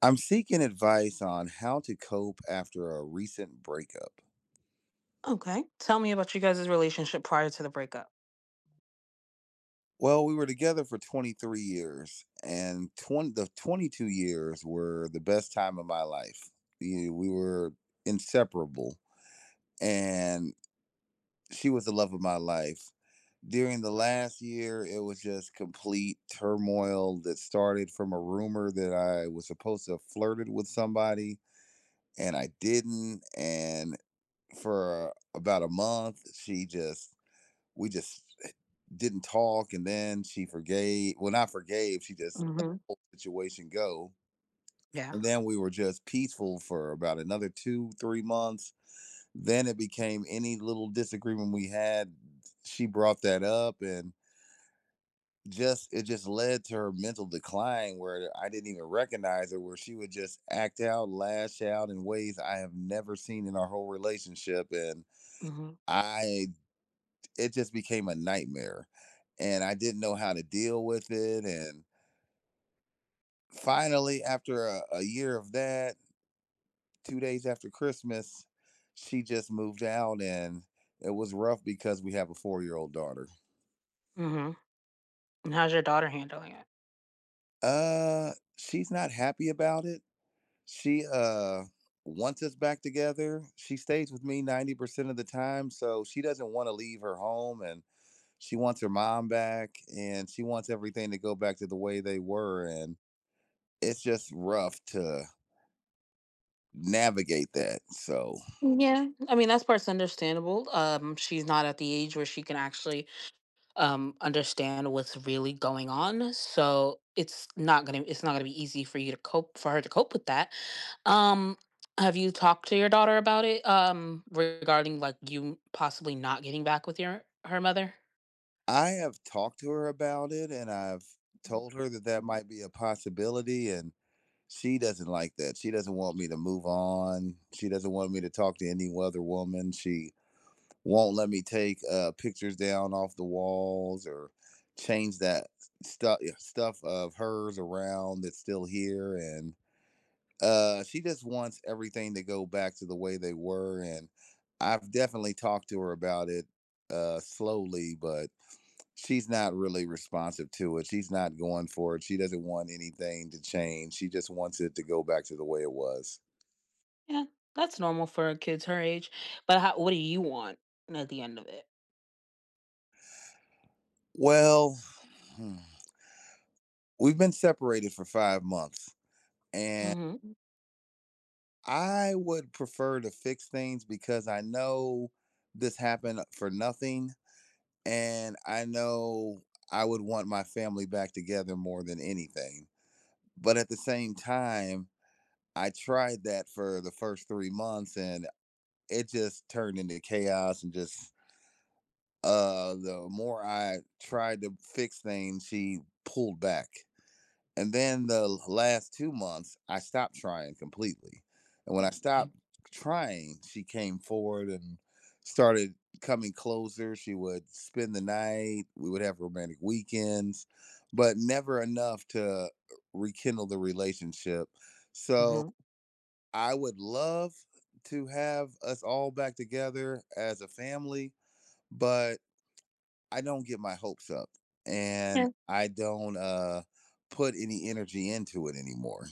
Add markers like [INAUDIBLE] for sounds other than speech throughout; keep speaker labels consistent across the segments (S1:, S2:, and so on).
S1: I'm seeking advice on how to cope after a recent breakup.
S2: Okay. Tell me about you guys' relationship prior to the breakup.
S1: Well, we were together for 23 years, and the 22 years were the best time of my life. We were inseparable, and she was the love of my life. During the last year, it was just complete turmoil that started from a rumor that I was supposed to have flirted with somebody, and I didn't. And for about a month, she just we just eh, didn't talk. And then she forgave, well, not forgave, she just let
S2: Mhm.
S1: the whole situation go.
S2: Yeah.
S1: And then we were just peaceful for about another 2-3 months Then it became any little disagreement we had, she brought that up, and just it just led to her mental decline, where I didn't even recognize her, where she would just act out, lash out in ways I have never seen in our whole relationship. And
S2: Mhm.
S1: I it just became a nightmare, and I didn't know how to deal with it. And finally, after a year of that, 2 days after Christmas, she just moved out, and it was rough because we have a 4-year-old daughter.
S2: Mhm. And how's your daughter handling it?
S1: She's not happy about it. She wants us back together. She stays with me 90% of the time. So she doesn't want to leave her home, and she wants her mom back, and she wants everything to go back to the way they were. And it's just rough to navigate that. So
S2: Yeah. I mean, that's part's understandable. She's not at the age where she can actually understand what's really going on. So it's not gonna be easy for you to cope, for her to cope with that. Um, have you talked to your daughter about it? Regarding like you possibly not getting back with your her mother?
S1: I have talked to her about it, and I've told her that that might be a possibility. And she doesn't like that. She doesn't want me to move on. She doesn't want me to talk to any other woman. She won't let me take pictures down off the walls or change that stuff of hers around that's still here. And she just wants everything to go back to the way they were, and I've definitely talked to her about it slowly, but she's not really responsive to it. She's not going for it. She doesn't want anything to change. She just wants it to go back to the way it was.
S2: Yeah, that's normal for kids her age, but how what do you want at the end of it?
S1: Well, hmm, we've been separated for 5 months, and
S2: Mhm.
S1: I would prefer to fix things because I know this happened for nothing, and I know I would want my family back together more than anything. But at the same time, I tried that for the first 3 months, and it just turned into chaos and just, the more I tried to fix things, she pulled back. And then the last 2 months, I stopped trying completely. And when I
S2: Yeah.
S1: stopped trying, she came forward and started coming closer. She would spend the night. We would have romantic weekends, but never enough to rekindle the relationship. So
S2: Mhm.
S1: I would love to have us all back together as a family, but I don't get my hopes up, and
S2: Yeah.
S1: I don't put any energy into it anymore.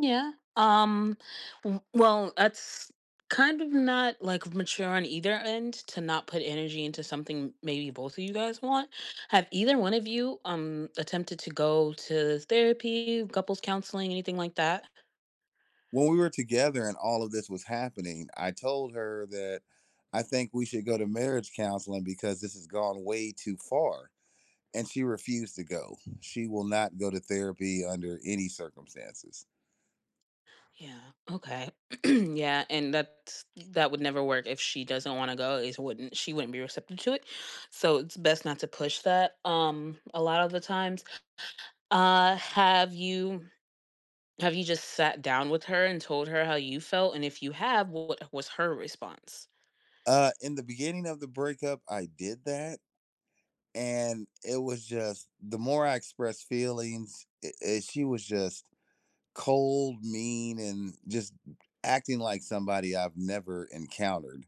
S2: Yeah. Well, that's kind of not like mature on either end to not put energy into something maybe both of you guys want. Have either one of you attempted to go to therapy, couples counseling, anything like that?
S1: When we were together and all of this was happening, I told her that I think we should go to marriage counseling because this has gone way too far. And she refused to go. She will not go to therapy under any circumstances.
S2: Yeah. Okay. [CLEARS THROAT] Yeah, and that would never work if she doesn't want to go. Is wouldn't she wouldn't be receptive to it. So it's best not to push that. A lot of the times. Uh, have you have you just sat down with her and told her how you felt, and if you have, what was her response?
S1: In the beginning of the breakup, I did that. And it was just the more I expressed feelings, she was just cold, mean, and just acting like somebody I've never encountered.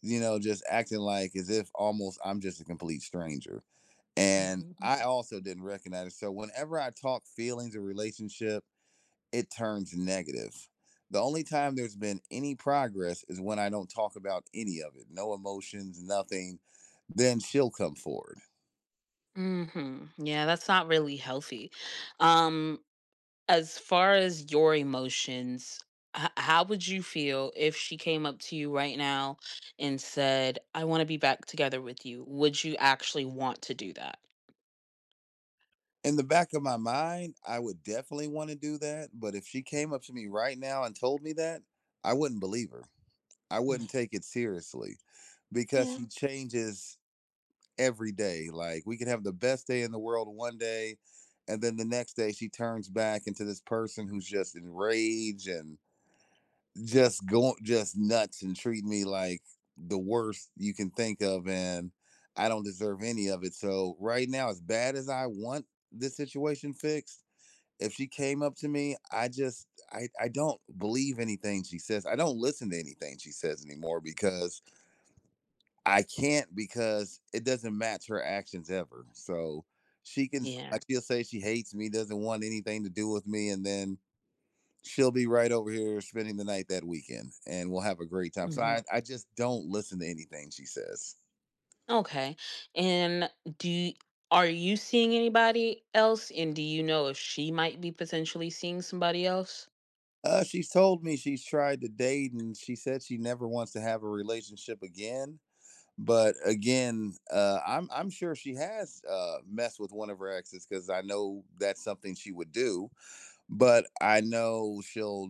S1: Just acting like as if almost I'm just a complete stranger. And
S2: Mhm.
S1: I also didn't recognize it. So whenever I talk feelings or relationship, it turns negative. The only time there's been any progress is when I don't talk about any of it, no emotions, nothing. Then she'll come forward.
S2: Mhm. Yeah, that's not really healthy. Um, as far as your emotions, how would you feel if she came up to you right now and said, "I want to be back together with you"? Would you actually want to do that?
S1: In the back of my mind, I would definitely want to do that. But if she came up to me right now and told me that, I wouldn't believe her. I
S2: Mm.
S1: wouldn't take it seriously because
S2: Yeah.
S1: she changes every day. Like, we could have the best day in the world one day, and then the next day she turns back into this person who's just enraged and just going just nuts and treating me like the worst you can think of. And I don't deserve any of it. So right now, as bad as I want this situation fixed, if she came up to me, I just I don't believe anything she says. I don't listen to anything she says anymore because I can't, because it doesn't match her actions ever. So she can,
S2: Yeah.
S1: like, she'll say she hates me, doesn't want anything to do with me, and then she'll be right over here spending the night that weekend, and we'll have a great time. So
S2: Mhm.
S1: I just don't listen to anything she says.
S2: Okay. And do you, are you seeing anybody else? And do you know if she might be potentially seeing somebody else?
S1: She's told me she's tried to date, and she said she never wants to have a relationship again. But again, I'm sure she has messed with one of her exes because I know that's something she would do. But I know she'll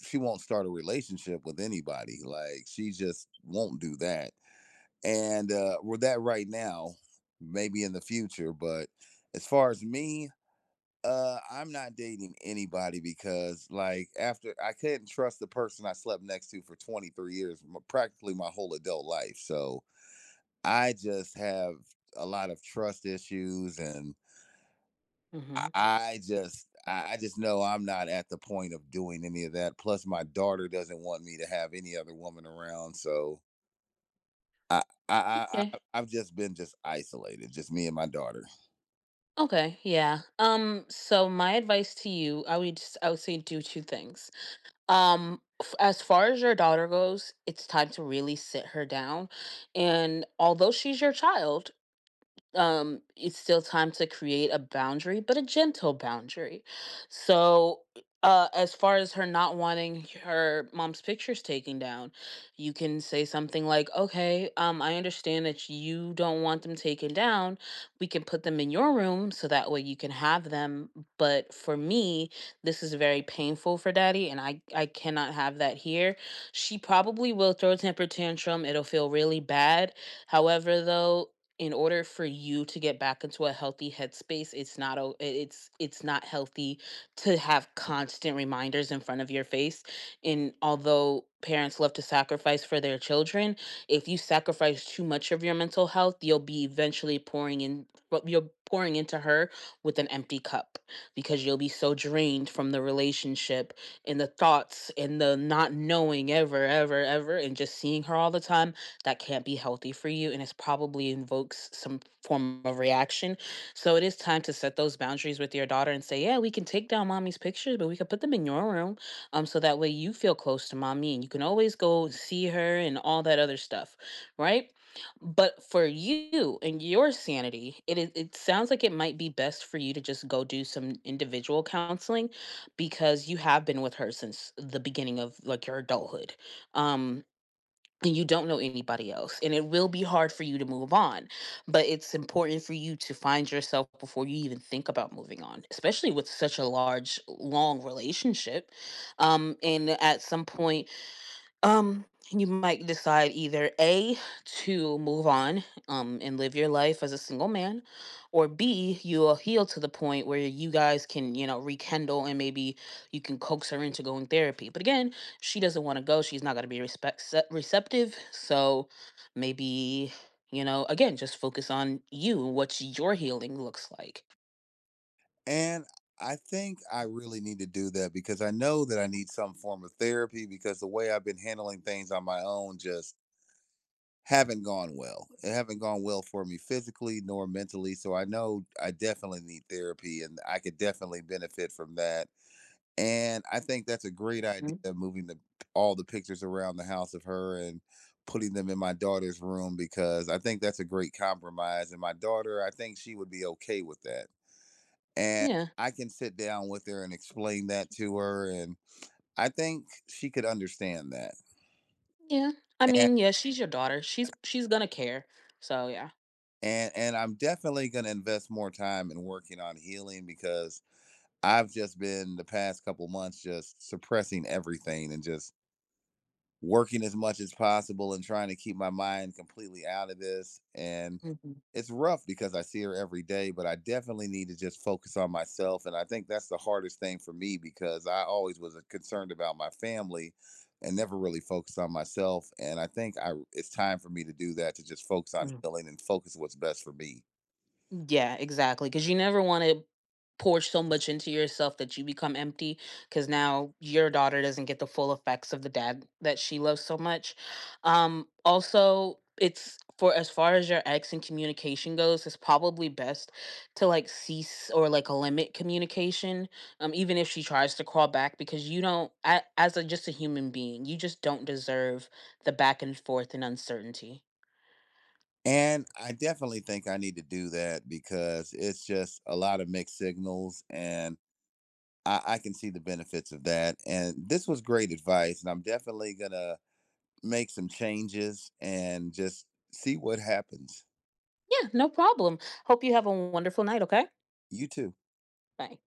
S1: she won't start a relationship with anybody. Like, she just won't do that. And we're that right now, maybe in the future. But as far as me, I'm not dating anybody because, like, after I couldn't trust the person I slept next to for 23 years, practically my whole adult life. So I just have a lot of trust issues, and I
S2: Hmm.
S1: I just I I just know I'm not at the point of doing any of that. Plus my daughter doesn't want me to have any other woman around. So I
S2: Okay.
S1: I've just been just isolated, just me and my daughter.
S2: Okay. Yeah. Um, so my advice to you, I would say do two things. As far as your daughter goes, it's time to really sit her down. And although she's your child, it's still time to create a boundary, but a gentle boundary. So as far as her not wanting her mom's pictures taken down, you can say something like, "Okay, I understand that you don't want them taken down. We can put them in your room so that way you can have them, but for me, this is very painful for daddy, and I cannot have that here." She probably will throw a temper tantrum. It'll feel really bad. However, though, in order for you to get back into a healthy headspace, it's not healthy to have constant reminders in front of your face. And although parents love to sacrifice for their children, if you sacrifice too much of your mental health, you'll be eventually pouring in, but you're pouring into her with an empty cup, because you'll be so drained from the relationship and the thoughts and the not knowing ever ever ever and just seeing her all the time. That can't be healthy for you, and it's probably invokes some form of reaction. So it is time to set those boundaries with your daughter and say, "Yeah, we can take down mommy's pictures, but we can put them in your room. Um, so that way you feel close to mommy and you can always go see her and all that other stuff," right? But for you and your sanity, it is it sounds like it might be best for you to just go do some individual counseling, because you have been with her since the beginning of like your adulthood. Um, and you don't know anybody else and it will be hard for you to move on, but it's important for you to find yourself before you even think about moving on, especially with such a large long relationship. And at some point, um, you might decide either A, to move on and live your life as a single man, or B, you will heal to the point where you guys can, you know, rekindle, and maybe you can coax her into going therapy. But again, she doesn't want to go, she's not going to be respect se- receptive. So maybe, you know, again, just focus on you and what your healing looks like.
S1: And I think I really need to do that because I know that I need some form of therapy because the way I've been handling things on my own just haven't gone well. It haven't gone well for me physically nor mentally. So I know I definitely need therapy, and I could definitely benefit from that. And I think that's a great idea,
S2: Mm.
S1: moving the all the pictures around the house of her and putting them in my daughter's room, because I think that's a great compromise. And my daughter, I think she would be okay with that. And
S2: Yeah.
S1: I can sit down with her and explain that to her. And I think she could understand that.
S2: Yeah. I mean, yeah, she's your daughter. She's going to care. So, yeah.
S1: And I'm definitely going to invest more time in working on healing, because I've just been the past couple months just suppressing everything and just working as much as possible and trying to keep my mind completely out of this, and
S2: Hmm.
S1: it's rough because I see her every day, but I definitely need to just focus on myself. And I think that's the hardest thing for me because I always was concerned about my family and never really focused on myself. And I think I it's time for me to do that, to just focus on healing and focus what's best for me.
S2: Yeah, exactly. Because you never want to pour so much into yourself that you become empty, because now your daughter doesn't get the full effects of the dad that she loves so much. Also, it's for as far as your ex and communication goes, it's probably best to like cease or like limit communication. Even if she tries to crawl back, because you don't, a- as a just a human being, you just don't deserve the back and forth and uncertainty.
S1: And I definitely think I need to do that because it's just a lot of mixed signals, and I can see the benefits of that. And this was great advice. And I'm definitely going to make some changes and just see what happens.
S2: Yeah, no problem. Hope you have a wonderful night, okay?
S1: You too.
S2: Bye.